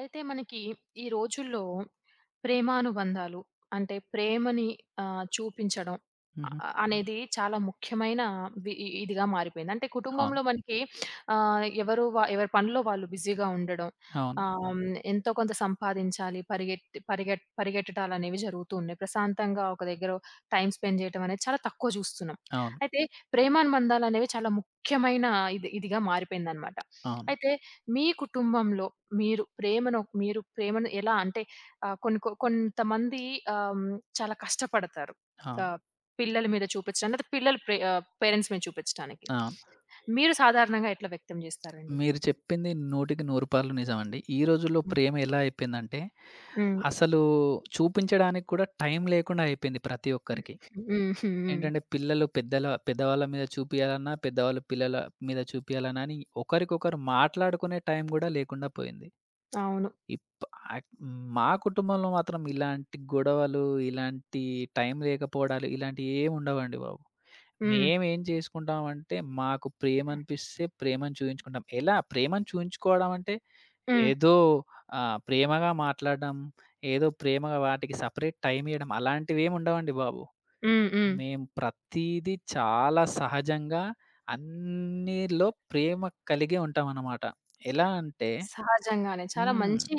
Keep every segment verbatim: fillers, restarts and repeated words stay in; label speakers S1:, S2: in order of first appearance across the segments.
S1: అయితే మనకి ఈ రోజుల్లో ప్రేమానుబంధాలు అంటే ప్రేమని ఆహ్, చూపించడం ఆహ్,
S2: హుహు.
S1: హ్మ్. అనేది చాలా ముఖ్యమైన వి ఇ ఇదిగా మారిపోయింది. అంటే
S2: అవును.
S1: కుటుంబంలో మనకి ఆహ్, ఎవరు వ ఎవరి పనిలో వాళ్ళు బిజీగా ఉండడం.
S2: అవును.
S1: ఆహ్, హ్మ్. హ్మ్, ఎంతో కొంత సంపాదించాలి. పరిగెత్తి పరిగెట్ పరిగెట్టటాలనేవి జరుగుతూ ఉన్నాయి. ప్రశాంతంగా ఒక దగ్గర టైమ్ స్పెండ్ చేయటం అనేది చాలా తక్కువ చూస్తున్నాం.
S2: అవును.
S1: అయితే ప్రేమానుబంధాలనేవి చాలా ముఖ్యమైన ఇది ఇదిగా మారిపోయిందనమాట.
S2: అవును.
S1: అయితే మీ కుటుంబంలో మీరు ప్రేమను మీరు ప్రేమను ఎలా అంటే ఆహ్, కొన్ని కొ కొంతమంది ఆహ్, హ్మ్, చాలా కష్టపడతారు.
S2: అవును.
S1: ఆహ్, పిల్లల మీద చూపించడానికి, లేదా పిల్లలు ప్రే ఆహ్, పేరెంట్స్ మీద చూపించడానికి.
S2: అవును.
S1: మీరు సాధారణంగా ఎట్లా వ్యక్తం చేస్తారండి?
S2: మీరు చెప్పింది వందకి వంద నిజమండి. ఈ రోజుల్లో
S1: హ్మ్.
S2: ప్రేమ ఎలా అయిపోయిందంటే,
S1: హ్మ్.
S2: అసలు చూపించడానికి కూడా టైం లేకుండా అయిపోయింది ప్రతి ఒక్కరికి.
S1: హ్మ్. హ్మ్. హ్మ్.
S2: ఏంటంటే పిల్లలు పెద్దల పెద్దవాళ్ళ మీద చూపియాలన్నా, పెద్దవాళ్ళు పిల్లల మీద చూపియాలన్నా అని ఒకరికొకరు మాట్లాడుకునే టైం గూడా లేకుండా పోయింది.
S1: అవును.
S2: ఇప్ ఆక్ మా కుటుంబంలో మాత్రం ఇలాంటి గొడవలు, ఇలాంటి టైం లేకపోవడాలు ఇలాంటియేమి ఉండవండి బాబు.
S1: హ్మ్.
S2: మేమేం చేసుకుంటామంటే మాకు ప్రేమనిపిస్తే ప్రేమను చూయించుకుంటాం. ఎలా ప్రేమను చూయించుకోవడం అంటే
S1: హ్మ్.
S2: ఏదో ఆహ్, ప్రేమగా మాట్లాడడం, ఏదో ప్రేమగా వాటికి సెపరేట్ టైమ్ ఇయ్యడం అలాంటివేమి ఉండవండి బాబు.
S1: హ్మ్. హ్మ్.
S2: మేము ప్రతీదీ చాలా సహజంగా అన్నిలో ప్రేమ కలిగే ఉంటామన్నమాట. ఎలా అంటే
S1: సహజంగానే. చాలా
S2: హ్మ్.
S1: మంచి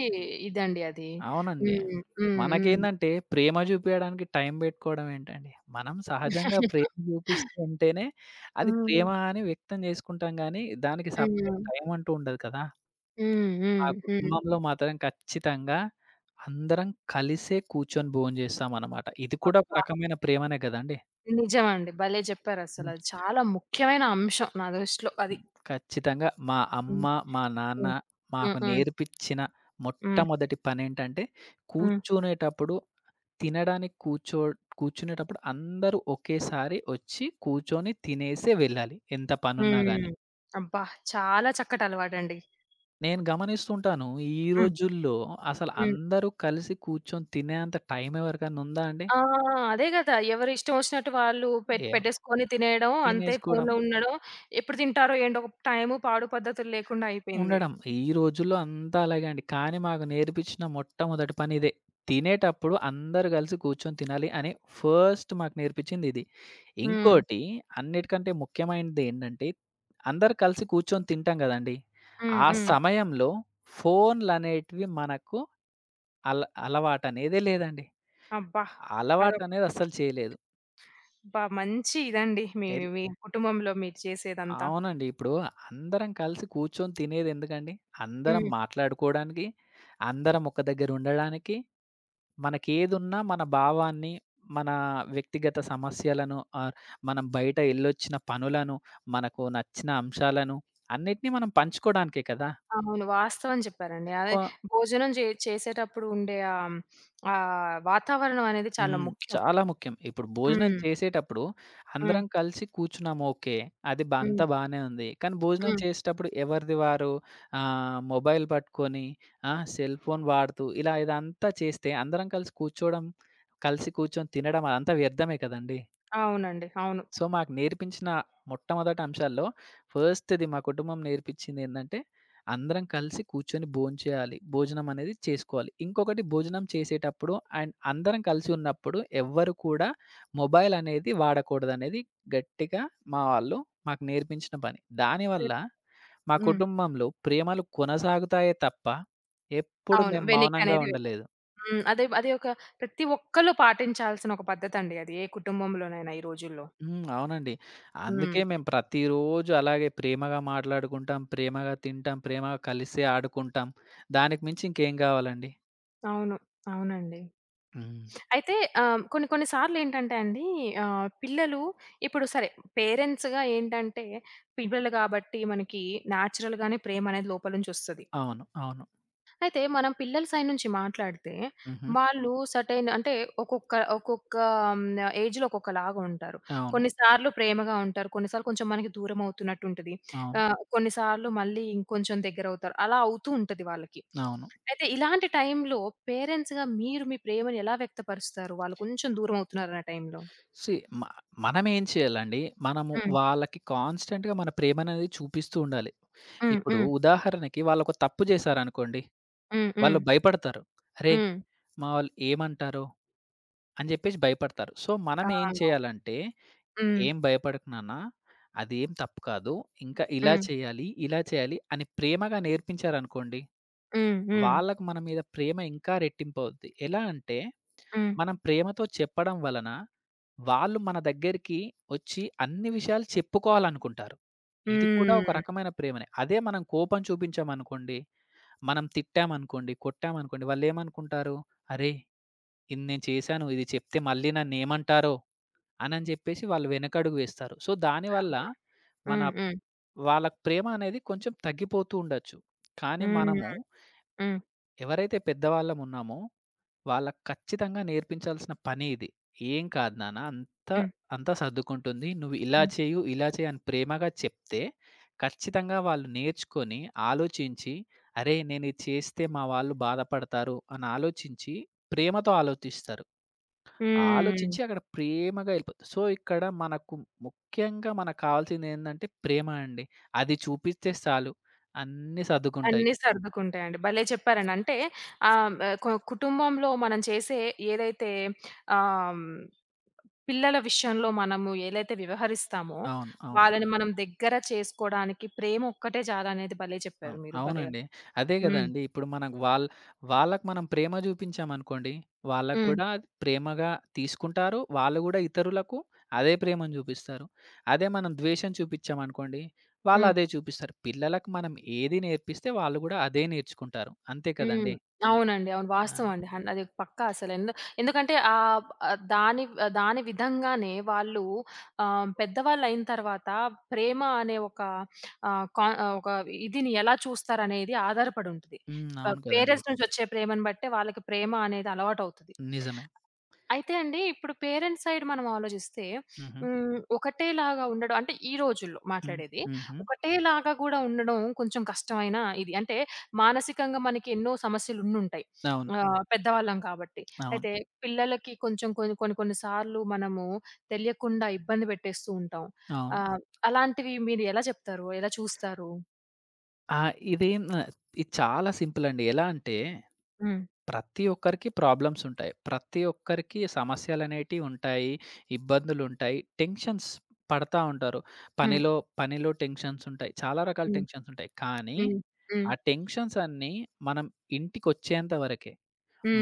S1: ఇదండి అది.
S2: అవునండి.
S1: హ్మ్. హ్మ్. హ్మ్.
S2: మనకేందంటే ప్రేమ చూపియడానికి టైం పెట్టుకోవడం ఏంటండి? మనం సహజంగా ప్రేమ చూపిస్తూ ఉంటేనే అది
S1: హ్మ్.
S2: ప్రేమ హ్మ్. అని వ్యక్తం చేసుకుంటాం గానీ, దానికి
S1: హ్మ్.
S2: సెపరేట్ టైం అంటూ ఉండదు కదా!
S1: హ్మ్.
S2: ఆ
S1: హ్మ్. హ్మ్.
S2: కుటుంబంలో మాత్రం ఖచ్చితంగా అందరం కలిసే కూర్చొని భోంచేస్తామనమాట. ఇది కూడా ఒక
S1: అబ్బా!
S2: రకమైన ప్రేమనే కదండీ!
S1: నిజమండి. భలే చెప్పారసల.
S2: హ్మ్.
S1: అది చాలా ముఖ్యమైన అంశం నా దృష్టిలో అది.
S2: హ్మ్. ఖచ్చితంగా మా అమ్మ,
S1: హ్మ్.
S2: మా నాన్న
S1: హ్మ్. హ్మ్.
S2: మాకు
S1: హ్మ్.
S2: నేర్పిచ్చిన
S1: హ్మ్.
S2: మొట్టమొదటి పనేంటంటే
S1: హ్మ్.
S2: కూర్చునేటప్పుడు తినడానికి కూర్చో కూర్చునేటప్పుడు అందరూ ఒకేసారి వచ్చి కూర్చొని తినేసే వెళ్ళాలి. ఎంత పనున్నా గాని.
S1: హ్మ్. అబ్బా! చాలా చక్కటి అలవాటండి.
S2: నేను గమనిస్తుంటాను ఈ
S1: హ్మ్.
S2: రోజుల్లో అసలు
S1: హ్మ్.
S2: అందరూ కలిసి కూర్చొని తినేంత టైం ఎవరికన్నా ఉందా అండి?
S1: ఆ! అదే గదా! ఎవరి ఇష్టం వచ్చినట్టు వాళ్ళు పెట్
S2: ఎవ్
S1: పెట్టేసుకొని తినేయడం, అంతే
S2: తినేసుకోవడం.
S1: ఫోన్‌లో ఉండడం. ఎప్పుడు తింటారో ఏంటో ఒక టైము, పాడు పద్ధతులు లేకుండా అయిపోయింది.
S2: ఉండడం. ఈ రోజుల్లో అంతా అలాగే అండి. కానీ మాకు నేర్పించిన మొట్టమొదటి పని ఇదే. తినేటప్పుడు అందరూ కలిసి కూర్చొని తినాలి అని ఫస్ట్ మాకు నేర్పించింది ఇది.
S1: హ్మ్.
S2: ఇంకోటి అన్నిటికంటే ముఖ్యమైనదేంటంటే, అందరూ కలిసి కూర్చొని తింటాం గదండీ!
S1: హ్మ్.
S2: ఆ
S1: హ్మ్.
S2: సమయంలో ఫోన్‌లనేటివి మనకు అల అలవాటనేదే లేదండి.
S1: అబ్బా! అదొక
S2: అలవాటనేది అస్సలు చేయలేదు.
S1: అబ్బా! మంచి ఇదండి మీ
S2: ఎల్
S1: మీ కుటుంబంలో మీరు చేసేదంతా.
S2: అవునండి. ఇప్పుడు అందరం కలిసి కూర్చొని తినేదెందుకండి? అందరం
S1: హ్మ్.
S2: మాట్లాడుకోవడానికి, అందరం ఒక దగ్గర ఉండడానికి మనకేదున్నా మన భావాన్ని, మన వ్యక్తిగత సమస్యలను ఆర్ మనం బయట ఎళ్ళొచ్చిన పనులను, మనకు నచ్చిన అంశాలను అన్నిటిని మనం పంచుకోడానికే కదా!
S1: అవును. వాస్తవం చెప్పారండి. అదే
S2: కొ
S1: భోజనం జే చేసేటప్పుడు ఉండే ఆహ్, ఆహ్, వాతావరణం అనేది చాలా
S2: హ్మ్.
S1: ముఖ్యం.
S2: చాలా ముఖ్యం. ఇప్పుడు భోజనం
S1: హ్మ్.
S2: చేసేటప్పుడు
S1: హ్మ్.
S2: అందరం కలిసి కూర్చున్నాము ఓకే. అది బ
S1: హ్మ్.
S2: అంతా బానే ఉంది. కానీ భోజనం
S1: హ్మ్.
S2: చేసేటప్పుడు ఎవరిది వారు ఆహ్, మొబైల్ పట్టుకొని, ఆ! సెల్ ఫోన్ వాడుతూ ఇలా ఇదంతా చేస్తే అందరం కలిసి కూర్చోవడం, కలిసి కూర్చొని తినడం అదంతా వ్యర్థమే కదండీ!
S1: అవునండి. అవును.
S2: సో, మాకు నేర్పించిన మొట్టమొదటి అంశాల్లో ఫస్ట్‌ది మా కుటుంబం నేర్పించిందేందంటే, అందరం కలిసి కూర్చొని భోంచేయాలి. భోజనం అనేది చేసుకోవాలి. ఇంకొకటి భోజనం చేసేటప్పుడు అండ్ అందరం కలిసి ఉన్నప్పుడు ఎవ్వరు కూడా మొబైల్ అనేది వాడకూడదనేది గట్టిగా మా వాళ్ళు మాకు నేర్పించిన పని. దానివల్ల
S1: ప్రత్
S2: మా
S1: హ్మ్.
S2: కుటుంబంలో ప్రేమలు కొనసాగుతాయే తప్ప, ఎప్పుడు
S1: అవును.
S2: మేము మౌనంగా
S1: వెనక్కనేది వెళ్ళవు.
S2: ఉండలేదు.
S1: హ్మ్. అదే అది ఒక ప్రతి ఒక్కళ్ళు పాటించాల్సిన ఒక పద్ధతండి అది. ఏ కుటుంబంలోనైనా ఈ రోజుల్లో.
S2: హ్మ్. అవునండి. అందుకే
S1: హ్మ్.
S2: మేము ప్రతిరోజు అలాగే ప్రేమగా మాట్లాడుకుంటాం, ప్రేమగా తింటాం, ప్రేమగా కలిసే ఆడుకుంటాం. దానికి మించి ఇంకేం కావాలండి?
S1: అవును. అవునండి.
S2: హ్మ్.
S1: అయితే ఆహ్, కొన్ని కొన్ని సార్లేంటంటే అండి, ఆహ్, పిల్లలు ఇప్పుడు సరే, పేరెంట్స్‌గా ఏంటంటే పిల్లలు కాబట్టి మనకి నేచురల్‌గానే ప్రేమనేది లోపల నుంచొస్తది.
S2: అవును. అవును.
S1: అయితే మనం పిల్లల సైడ్ నుంచి మాట్లాడితే,
S2: హుహు.
S1: వాళ్ళు సెర్టైన్ అంటే ఒక్కొక్క ఒక్కొక్క హ్మ్. ఏజ్‌లో ఒక్కొక్కలాగా ఉంటారు.
S2: అవును.
S1: కొన్నిసార్లు ప్రేమగా ఉంటారు. కొన్నిసార్లు కొంచెం మనకి దూరం అవుతున్నట్టు ఉంటది.
S2: అవును.
S1: ఆహ్, కొన్నిసార్లు మళ్ళీ ఇంకొంచెం దగ్గరవుతారు. అలా అవుతూ ఉంటది వాళ్ళకి.
S2: అవును.
S1: అయితే ఇలాంటి టైంలో పేరెంట్స్‌గా మీరు మీ ప్రేమను ఎలా వ్యక్తపరుస్తారు? వాళ్ళు కొంచెం దూరం అవుతున్నారన్న టైంలో?
S2: సీ మ మనమేం చేయాలండి? మనము
S1: హ్మ్.
S2: వాళ్ళకి కాన్స్టెంట్‌గా మన ప్రేమనేది చూపిస్తూ ఉండాలి.
S1: హ్మ్.
S2: ఇప్పుడు
S1: హ్మ్.
S2: ఉదాహరణకి వాళ్ళొక తప్పు చేశారనుకోండి,
S1: హ్మ్. హ్మ్.
S2: వాళ్ళు భయపడతారు. అరే!
S1: హ్మ్.
S2: మా వాళ్ళు ఏమంటారో? అని జెప్పేసి భయపడతారు. సో, మనం
S1: ఆ!
S2: ఏం చేయాలంటే,
S1: హ్మ్.
S2: "ఏం భయపడకు నాన్న, అదేం తప్పు కాదు. ఇంకా ఇలా
S1: హ్మ్.
S2: చేయాలి, ఇలా చేయాలి" అని ప్రేమగా నేర్పించారనుకోండి,
S1: హ్మ్. హ్మ్.
S2: వాళ్ళకి మన మీద ప్రేమ ఇంకా రెట్టింపవుద్ది. ఎలా అంటే,
S1: హ్మ్.
S2: మనం ప్రేమతో చెప్పడం వలన, వాళ్ళు మన దగ్గరికి ఒచ్చి అన్ని విషయాలు చెప్పుకోవాలనుకుంటారు. ఇది కూడా ఒక
S1: హ్మ్.
S2: రకమైన ప్రేమనే. అదే మనం కోపం చూపించామనుకోండి, మనం తిట్టామనుకోండి, కొట్టామనుకోండి, వాళ్ళేమనుకుంటారు, "అరే! ఇది నేను చేశాను. ఇది చెప్తే మళ్ళీ నన్నేమంటారో అనని జెప్పేసి వాళ్ళు వెనకడుగు వేస్తారు. సో, దానివల్ల
S1: అవును.
S2: మన
S1: హ్మ్. హ్మ్.
S2: వాళ్ళ ప్రేమ అనేది కొంచెం తగ్గిపోతూ ఉండొచ్చు. కానీ మనము
S1: హ్మ్. హ్మ్.
S2: ఎవరైతే పెద్దవాళ్ళమున్నామో వాళ్ళకి ఖచ్చితంగా నేర్పించాల్సిన పని ఇది. "ఏం కాదు నాన్న అంతా
S1: హ్మ్.
S2: అంతా సర్దుకుంటుంది. నువ్వు ఇలా
S1: హ్మ్.
S2: చేయు, ఇలా చేయి" అని ప్రేమగా చెప్తే ఖచ్చితంగా వాళ్ళు నేర్చుకొని, ఆలోచించి, "అరే! నేనిది చేస్తే మా వాళ్ళు బాధపడతారు" అని ఆలోచించి ప్రేమతో ఆలోచిస్తారు.
S1: హ్మ్.
S2: ఆలోచించి అక్కడ ప్రేమగా ఎళ్ళిపోతది. సో, ఇక్కడ మనకు ముఖ్యంగా మనకు కావాల్సిందేందంటే ప్రేమ అండి. అది చూపిస్తే సాలు అన్నీ సర్దుకుంటాయి.
S1: అన్నీ సర్దుకుంటాయండి. భలే చెప్పారండి. అంటే ఆహ్, ఆహ్, కు కుటుంబంలో మనం చేసే ఏదైతే ఆహ్, హ్మ్, పిల్లల విషయంలో మనము ఏలైతే వ్యవహరిస్తామో,
S2: అవును. అవును.
S1: వాళ్ళని మనం దగ్గర చేసుకోడానికి ప్రేమ ఒక్కటే చాలనేది భలే చెప్పారు
S2: అవును.
S1: మీరు. భలేగా
S2: అవునండి. అదే
S1: హ్మ్.
S2: గదండీ! ఇప్పుడు మనకు వాళ్ వాళ్ళకి మనం ప్రేమ జూపించామనుకోండి, వాళ్ళకి
S1: హ్మ్.
S2: గూడా అది ప్రేమగా తీసుకుంటారు. వాళ్ళు గూడా ఇతరులకు అదే ప్రేమను జూపిస్తారు. అదే మనం ద్వేషం చూపిచ్చామనుకోండి, వాళ్ళు
S1: హ్మ్.
S2: అదే చూపిస్తారు. పిల్లలకు మనం ఏది నేర్పిస్తే వాళ్ళు గూడా అదే నేర్చుకుంటారు. అంతే
S1: హ్మ్.
S2: కదండీ!
S1: అవునండి. అవును.
S2: ఆ!
S1: వాస్తవం అండి. హన్ అది పక్కా అసలు. ఎందు ఎందుకంటే ఆహ్, ఆహ్, దాని ఆహ్, దాని విధంగానే వాళ్ళు ఆహ్, పెద్దవాళ్ళయిన తర్వాత ప్రేమ అనే ఒక ఆహ్, కా ఆహ్, ఒక ఇదిని ఎలా చూస్తారనేది ఆధారపడి ఉంటది.
S2: హ్మ్.
S1: ఆహ్,
S2: అవును కదండీ!
S1: పేరెంట్స్ నుంచి వచ్చే ప్రేమను బట్టే వాళ్ళకి ప్రేమ అనేది అలవాటవుతది.
S2: నిజమే.
S1: అయితే అండి, ఇప్పుడు పేరెంట్స్ సైడ్ మనం ఆలోచిస్తే,
S2: హుహు.
S1: హ్మ్, ఒకటేలాగా ఉండడం అంటే ఈ రోజుల్లో
S2: హ్మ్.
S1: మాట్లాడేది.
S2: హుహు.
S1: ఒకటేలాగా గూడా ఉండడం కొంచెం కష్టమైన ఇది. అంటే మానసికంగా మనకి ఎన్నో సమస్యలు ఉండుంటాయి.
S2: అవును.
S1: ఆహ్, పెద్దవాళ్ళం కాబట్టి.
S2: అవును.
S1: అయితే పిల్లలకి కొంచెం కొన్ని కొన్ని కొన్ని సార్లు మనము తెలియకుండా ఇబ్బంది పెట్టేస్తూ ఉంటాం.
S2: అవును.
S1: ఆహ్, అలాంటివి మీరు ఎలా చెప్తారు? ఎలా చూస్తారు?
S2: ఆ! ఇదేం ఆహ్, ఇది చాలా సింపుల్ అండి. ఎలా అంటే
S1: హ్మ్.
S2: ప్రతి ఒక్కరికి ప్రాబ్లమ్స్ ఉంటాయి. ప్రతి ఒక్కరికి సమస్యలనేటివి ఉంటాయి. ఇబ్బందులుంటాయి. టెన్షన్స్ పడతా ఉంటారు.
S1: హ్మ్.
S2: పనిలో పనిలో టెన్షన్స్ ఉంటాయి. చాలా రకాల
S1: హ్మ్.
S2: టెన్షన్స్ ఉంటాయి. కానీ
S1: హ్మ్. హ్మ్.
S2: ఆ టెన్షన్స్ అన్నీ మనం ఇంటికొచ్చేంత వరకే.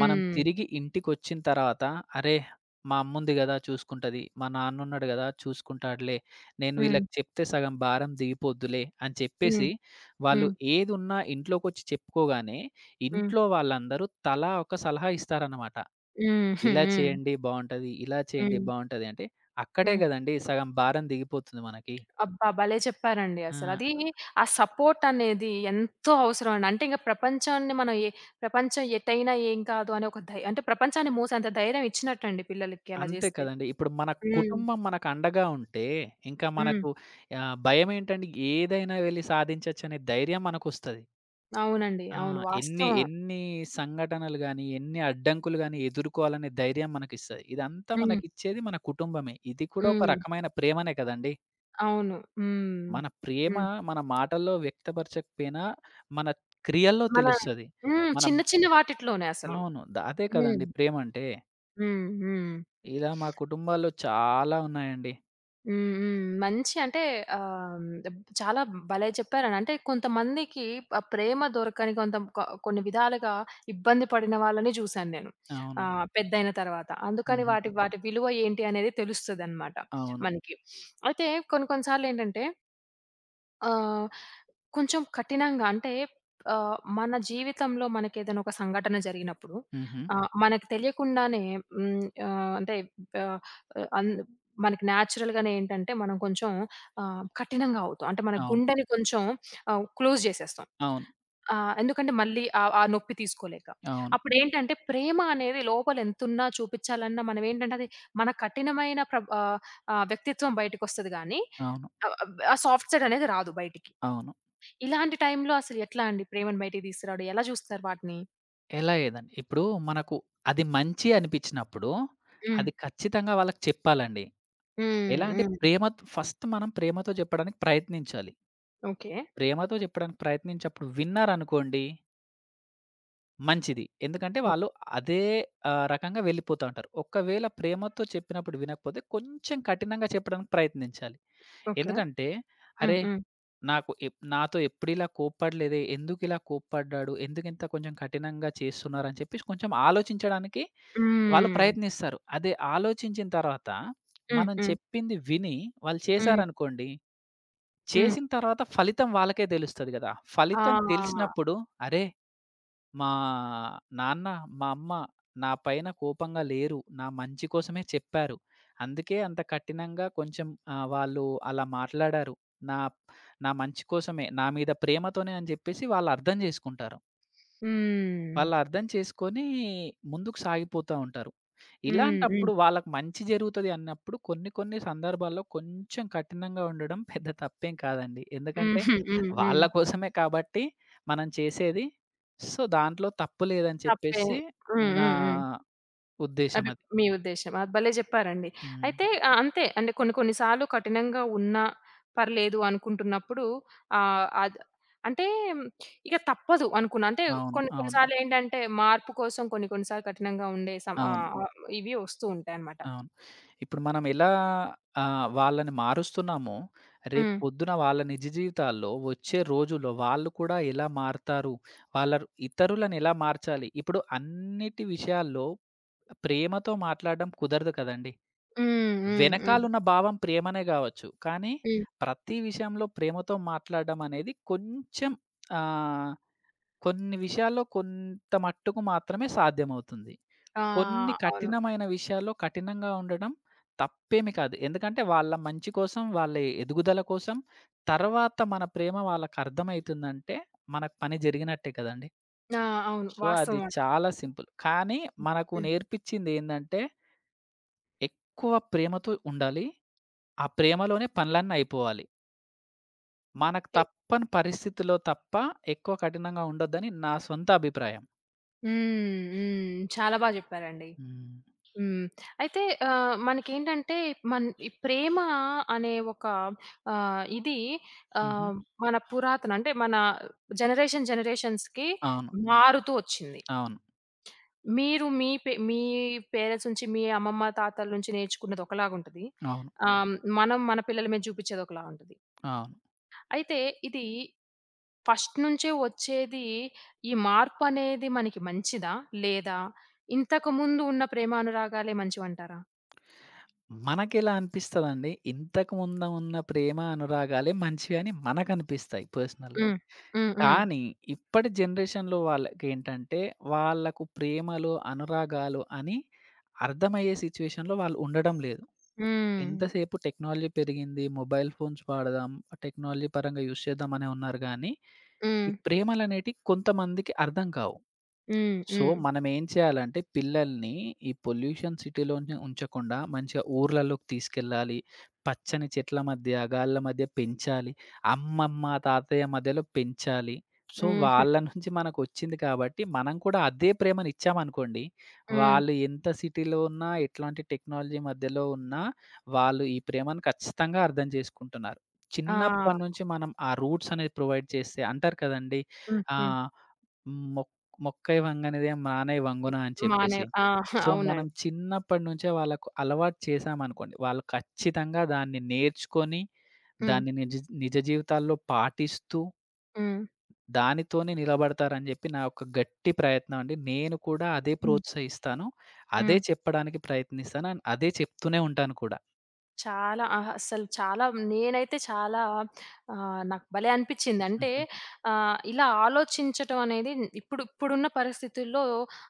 S2: మనం తిరిగి ఇంటికొచ్చిన తర్వాత, అరే! మా అమ్ముంది గదా! చూసుకుంటది. మా నాన్నున్నాడు గదా! చూసుకుంటాడులే. నేను
S1: హ్మ్.
S2: వీళ్ళకి చెప్తే సగం భారం దిగిపోద్దులే అని చెప్పేసి,
S1: హ్మ్.
S2: వాళ్ళు
S1: హ్మ్.
S2: ఏదున్నా ఇంట్లోకొచ్చి చెప్పుకోగానే,
S1: హ్మ్.
S2: ఇంట్లో వాళ్ళందరూ తలా ఒక సలహా ఇస్తారనమాట.
S1: హ్మ్.
S2: ఇలా
S1: హ్మ్.
S2: చేయండి బావుంటది, ఇలా చేయండి
S1: హ్మ్.
S2: బావుంటది అంటే, అక్కడే
S1: హ్మ్.
S2: గదండీ సగం భారం దిగిపోతుంది మనకి.
S1: అబ్బా! భలే చెప్పారండి
S2: ఆ!
S1: అసలు. అది ఆ సపోర్ట్ అనేది ఎంతో అవసరం అండి. అంటే ఇంక ప్రపంచాన్ని మనం ఏ ప్రపంచం ఎటైనా ఏం కాదు అనే ఒక ధై అంటే ప్రపంచాన్ని మోసేంత ధైర్యం ఇచ్చినట్టండి పిల్లలకి అలా
S2: అంతే
S1: జేస్తే.
S2: కదండీ. ఇప్పుడు మన
S1: హ్మ్.
S2: కుటుంబం మనకు అండగా ఉంటే, ఇంకా
S1: హ్మ్.
S2: మనకు ఆహ్, భయమేంటండి ఏదైనా వెళ్లి సాధించొచ్చనే ధైర్యం మనకొస్తది.
S1: అవునండి.
S2: ఆ!
S1: అవును.
S2: ఎన్ని
S1: వాస్తవం.
S2: ఎన్ని సంఘటనలు గాని, ఎన్ని అడ్డంకులు గాని ఎదుర్కోవాలనే ధైర్యం మనకిస్తది. ఇదంతా
S1: హ్మ్.
S2: మనకిచ్చేది మన కుటుంబమే. ఇది కూడా ఒక
S1: హ్మ్.
S2: రకమైన ప్రేమనే కదండీ!
S1: అవును. హ్మ్.
S2: మన ప్రేమ
S1: హ్మ్.
S2: మన మాటల్లో వ్యక్తపరచకపోయినా, మన క్రియల్లో
S1: మన
S2: తెలుస్తది.
S1: హ్మ్.
S2: మన
S1: చిన్న చిన్న వాటిట్లోనే అసలు.
S2: అవును. ద అదే
S1: హ్మ్.
S2: కదండీ ప్రేమంటే.
S1: హ్మ్. హ్మ్.
S2: ఇలా మా కుటుంబాల్లో చాలా ఉన్నాయండి.
S1: హ్మ్. హ్మ్. మంచి అంటే ఆహ్, చాలా భలే చెప్పారండి. అంటే కొంతమందికి ఆ ప్రేమ దొరకని కొంత క కొన్ని విధాలుగా ఇబ్బంది పడిన వాళ్ళని చూసాను నేను.
S2: అవును.
S1: ఆహ్, పెద్దయిన తర్వాత. అందుకని
S2: హుహు.
S1: వాటి వాటి విలువ ఏంటి అనేది తెలుస్తదనమాట
S2: అవును.
S1: మనకి. అయితే కొన్ని కొన్ని సార్లేంటంటే ఆహ్, కొంచెం కఠినంగా అంటే ఆహ్, మన జీవితంలో మనకేదైనా ఒక సంఘటన జరిగినప్పుడు
S2: హుహు.
S1: ఆహ్, మనకు తెలియకుండానే హ్మ్. ఆహ్, అంటే ఆహ్, అన్ మనకి నేచురల్‌గానే ఏంటంటే మనం కొంచెం ఆహ్, కఠినంగా అవుతాం. అంటే మన
S2: అవును.
S1: గుండెని కొంచెం ఆహ్, క్లోజ్ చేసేస్తాం.
S2: అవును.
S1: ఆ! ఎందుకంటే మళ్ళీ ఆహ్, ఆ నొప్పి తీసుకోలేక.
S2: అవును.
S1: అప్పుడేంటంటే ప్రేమ అనేది లోపల ఎంతున్నా చూపించాలన్నా మనం ఏంటంటే, అది మన కఠినమైన ప్ర ఆహ్, ఆహ్, వ్యక్తిత్వం బయటకొస్తది గానీ
S2: అవును.
S1: ఆహ్, ఆహ్, ఆ సాఫ్ట్ సైడ్ అనేది రాదు బయటికి.
S2: అవును.
S1: ఇలాంటి టైంలో అసలు ఎట్లా అండి ప్రేమను బయటికి తీసుకురావడం? ఎలా చూస్తారు వాటిని?
S2: ఎలా ఏదండి, ఇప్పుడు మనకు అది మంచి అనిపిచ్చినప్పుడు,
S1: హ్మ్.
S2: అది ఖచ్చితంగా వాళ్ళకి చెప్పాలండి.
S1: హ్మ్.
S2: ఎలా అంటే
S1: హ్మ్.
S2: ప్రేమత్ ఫస్ట్ మనం ప్రేమతో చెప్పడానికి ప్రయత్నించాలి.
S1: ఓకే.
S2: ప్రేమతో చెప్పడానికి ప్రయత్నించినప్పుడు విన్నారనుకోండి మంచిది. ఎందుకంటే
S1: ఓ
S2: వాళ్ళు అదే ఆహ్, రకంగా వెళ్ళిపోతా ఉంటారు. ఒకవేళ ప్రేమతో చెప్పినప్పుడు వినకపోతే కొంచెం కఠినంగా చెప్పడానికి ప్రయత్నించాలి.
S1: ఓకే.
S2: ఎందుకంటే,
S1: హ్మ్.
S2: అరే!
S1: హ్మ్.
S2: నాకు ఎప్ నాతో ఎప్పుడు ఇలా కోప్పడలేదే, ఎందుకిలా కోప్పడ్డాడు, ఎందుకింత కొంచెం కఠినంగా చేస్తున్నారు అని చెప్పేసి కొంచెం ఆలోచించడానికి వాళ్ళు
S1: హ్మ్.
S2: ప్రయత్నిస్తారు. అదే ఆలోచించిన తర్వాత
S1: హ్మ్.
S2: మనం
S1: హ్మ్.
S2: చెప్పింది విని వాళ్ళు
S1: హ్మ్.
S2: చేశారనుకోండి,
S1: హ్మ్.
S2: చేసిన తర్వాత ఫలితం వాళ్ళకే తెలుస్తది గదా! ఫలితం
S1: ఆ!
S2: తెలిసినప్పుడు అరే! మా నాన్న, మా అమ్మ నా పైన కోపంగా లేరు. నా మంచి కోసమే చెప్పారు. అందుకే అంత కఠినంగా కొంచెం ఆహ్, వాళ్ళు అలా మాట్లాడారు. నా నా మంచి కోసమే, నా మీద ప్రేమతోనే అని జెప్పేసి వాళ్ళు అర్థం జేసుకుంటారు.
S1: హ్మ్.
S2: వాళ్ళు అర్థం చేసుకొని ముందుకు సాగిపోతా ఉంటారు.
S1: హ్మ్. హ్మ్.
S2: ఇలాంటప్పుడు వాళ్ళకి మంచి జరుగుతది అన్నప్పుడు కొన్ని కొన్ని సందర్భాల్లో కొంచెం కఠినంగా ఉండడం పెద్ద తప్పేం కాదండి.
S1: హ్మ్.
S2: ఎందుకంటే
S1: హ్మ్.
S2: వాళ్ళ
S1: హ్మ్.
S2: కోసమే కాబట్టి మనం చేసేది. సో, దాంట్లో తప్పు లేదని
S1: తప్పే.
S2: చెప్పేసి
S1: హ్మ్.
S2: నా
S1: హ్మ్. హ్మ్.
S2: ఉద్దేశ్యం
S1: అది
S2: అది.
S1: మీ ఉద్దేశ్యం. అది భలే జెప్పారండి.
S2: హ్మ్.
S1: అయితే ఆ! అంతే అంటే కొన్ని కొన్ని సార్లు కఠినంగా ఉన్నా పర్లేదు అనుకుంటున్నప్పుడు ఆహ్, అద్ అంటే ఇక తప్పదు అనుకున్నా. అంటే
S2: అవును.
S1: కొన్ని కొన్ని
S2: అవును.
S1: సార్లేంటంటే మార్పు కోసం కొన్ని కొన్ని సార్లు కఠినంగా ఉండే సం
S2: అవును.
S1: ఆహ్, ఆహ్, ఇవి వస్తూ ఉంటాయన్నమాట.
S2: అవును. ఇప్పుడు మనం ఎలా ఆహ్, వాళ్ళని మారుస్తున్నామో, రేపు
S1: హ్మ్.
S2: పొద్దున వాళ్ళ నిజ జీవితాల్లో వచ్చే రోజుల్లో వాళ్ళు కూడా ఎలా మారతారు? వాళ్ళ ఇతరులను ఎలా మార్చాలి? ఇప్పుడు అన్నిటి విషయాల్లో ప్రేమతో మాట్లాడడం కుదరదు కదండీ!
S1: హ్మ్. హ్మ్. హ్మ్.
S2: వెనకాలున్న భావం ప్రేమనే గావచ్చు. కానీ
S1: హ్మ్.
S2: ప్రతి విషయంలో ప్రేమతో మాట్లాడడం అనేది కొంచెం ఆహ్, కొన్ని విషయాల్లో కొంత మట్టుకు మాత్రమే సాధ్యమవుతుంది.
S1: ఆ!
S2: కొన్ని
S1: అవును.
S2: కఠినమైన విషయాల్లో కఠినంగా ఉండడం తప్పేమి కాదు. ఎందుకంటే వాళ్ళ మంచి కోసం, వాళ్ళ ఎదుగుదల కోసం, తర్వాత మన ప్రేమ వాళ్ళకర్థమైతుందంటే, మనకు పని జరిగినట్టే కదండీ.
S1: ఆ! అవును.
S2: సో, అది
S1: వాస్తవం అండి.
S2: చాలా సింపుల్. కానీ
S1: హ్మ్.
S2: మనకు
S1: హ్మ్.
S2: నేర్పించిందేందంటే, ఎక్కువ ప్రేమతో ఉండాలి. ఆ ప్రేమలోనే పనులన్నీ అయిపోవాలి. మనకు
S1: ఎ
S2: తప్పని పరిస్థితిలో తప్ప ఎక్కువ కఠినంగా ఉండొద్దని నా సొంత అభిప్రాయం.
S1: హ్మ్. హ్మ్. చాలా బా జెప్పారండి.
S2: హ్మ్.
S1: హ్మ్. అయితే ఆహ్, మనకేంటంటే మన్ ఈ ప్రేమ అనే ఒక ఆహ్, ఇది
S2: హుహు.
S1: ఆహ్, మన పురాతన అంటే మన జనరేషన్ జనరేషన్స్‌కి
S2: అవును.
S1: మారుతూ వచ్చింది.
S2: అవును.
S1: మీరు మీ పె మీ పేరెంట్స్ నుంచి మీ అమ్మమ్మ, తాతల నుంచి నేర్చుకున్నది ఒకలాగా ఉంటది.
S2: అవును.
S1: ఆహ్, మనం మన పిల్లల మీద చూపించేది ఒకలా ఉంటది.
S2: అవును.
S1: అయితే ఇది ఫస్ట్ నుంచే వచ్చేది ఈ మార్పనేది మనకి మంచిదా? లేదా ఇంతకుముందు ఉన్న ప్రేమ అనురాగాలే మంచివంటారా?
S2: మనకెలా అనిపిస్తదండి, ఇంతకుముందు ఉన్న ప్రేమ, అనురాగాలే మంచివని మనకనిపిస్తాయి పర్సనల్‌గా.
S1: Ừm, ừm, ừm, ừm,
S2: కానీ, ఇప్పటి జనరేషన్‌లో వాళ్ళకేంటంటే, వాళ్ళకు ప్రేమలు, అనురాగాలు అని అర్థమయ్యే సిచ్యుయేషన్‌లో వాళ్ళు ఉండడం లేదు.
S1: ừm,
S2: ఎంతసేపు టెక్నాలజీ పెరిగింది, మొబైల్ ఫోన్స్ వాడదాం, టెక్నాలజీ పరంగా యూజ్ చేద్దాం అనే ఉన్నారు గానీ, ఈ
S1: హ్మ్.
S2: ప్రేమలనేటియి కొంతమందికి అర్థం కావు. సో,
S1: హ్మ్.
S2: మనమేం చేయాలంటే పిల్లల్ని ఈ పొల్యూషన్ సిటీలోనే ఉంచకుండా మంచిగా ఊర్లలోకి తీసుకెళ్ళాలి. పచ్చని చెట్ల మధ్య, గాల్ల మధ్య పెంచాలి. అమ్మమ్మ, తాతయ్య మధ్యలో పెంచాలి. సో,
S1: హుహు.
S2: వాళ్ళ నుంచి మనకొచ్చింది కాబట్టి మనం కూడా అదే ప్రేమనిచ్చామనుకోండి,
S1: హ్మ్.
S2: వాళ్ళు ఎంత సిటీలో ఉన్నా, ఎట్లాంటి టెక్నాలజీ మధ్యలో ఉన్నా, వాళ్ళు ఈ ప్రేమను ఖచ్చితంగా అర్థం చేసుకుంటున్నారు.
S1: ఆ!
S2: చిన్నప్పటి నుంచి మనం ఆ రూట్స్ అనేది ప్రొవైడ్ చేస్తే అంటారు కదండీ!
S1: హ్మ్. హ్మ్.
S2: ఆహ్, హ్మ్. మొక్కై వంగనిదే మానై వంగునా అని
S1: మానే
S2: చెప్పేసి.
S1: ఆ!
S2: సో, మనం
S1: అవునండి.
S2: చిన్నప్పటినుంచే వాళ్ళకు అలవాటు చేశామనుకోండి, వాళ్ళు ఖచ్చితంగా దాన్ని నేర్చుకొని,
S1: హ్మ్.
S2: దాన్ని నిజ నిజ జీవితాల్లో పాటిస్తూ,
S1: హ్మ్.
S2: దానితోనే నిలబడతారని జెప్పి నా యొక్క గట్టి ప్రయత్నం అండి. నేను కూడా అదే
S1: హ్మ్.
S2: ప్రోత్సహిస్తాను. అదే
S1: హ్మ్.
S2: చెప్పడానికి ప్రయత్నిస్తాను. అండ్ అదే చెప్తూనే ఉంటాను కూడా.
S1: చాలా అహా! అస్సలు చాలా నేనైతే చాలా ఆహ్, నాకు భలే అనిపిచ్చింది. అంటే
S2: హుహు.
S1: ఆహ్, ఇలా ఆలోచించటం అనేది ఇప్పుడు ఇప్పుడున్న పరిస్థితుల్లో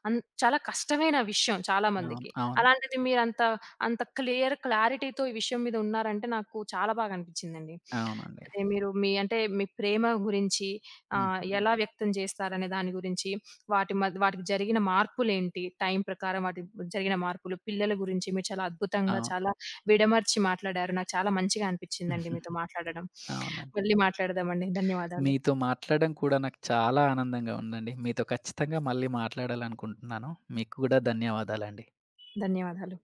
S1: అన్ చాలా కష్టమైన విషయం చాలా
S2: అవును.
S1: మందికి.
S2: అవును.
S1: అలాంటిది మీరంత అంత క్లియర్ క్లారిటీతో ఈ విషయం మీద ఉన్నారంటే నాకు చాలా బాగా అనిపిచ్చిందండి.
S2: అవునండి.
S1: అదే మీరు మీ అంటే మీ ప్రేమ గురించి, ఆహ్,
S2: హ్మ్.
S1: హ్మ్. ఎలా వ్యక్తం చేస్తారనే దాని గురించి, వాటి మద్ వాటికి జరిగిన మార్పులేంటి, టైం ప్రకారం వాటికి జరిగిన మార్పులు, పిల్లల గురించి మీరు చాలా అద్భుతంగా
S2: అవును.
S1: చాలా విడమర్చి మాట్లాడారు. నాకు చాలా మంచిగా అనిపిచ్చిందండి
S2: ఉహు.
S1: మీతో మాట్లాడడం.
S2: అవునండి.
S1: మళ్ళీ మాట్లాడదామండి. ధన్యవాదాలు.
S2: మీతో మాట్లాడడం కూడా నాకు చాలా ఆనందంగా ఉందండి. మీతో ఖచ్చితంగా మళ్ళీ మాట్లాడాలనుకుంటున్నాను. మీకు కూడా ధన్యవాదాలండి.
S1: ధన్యవాదాలు.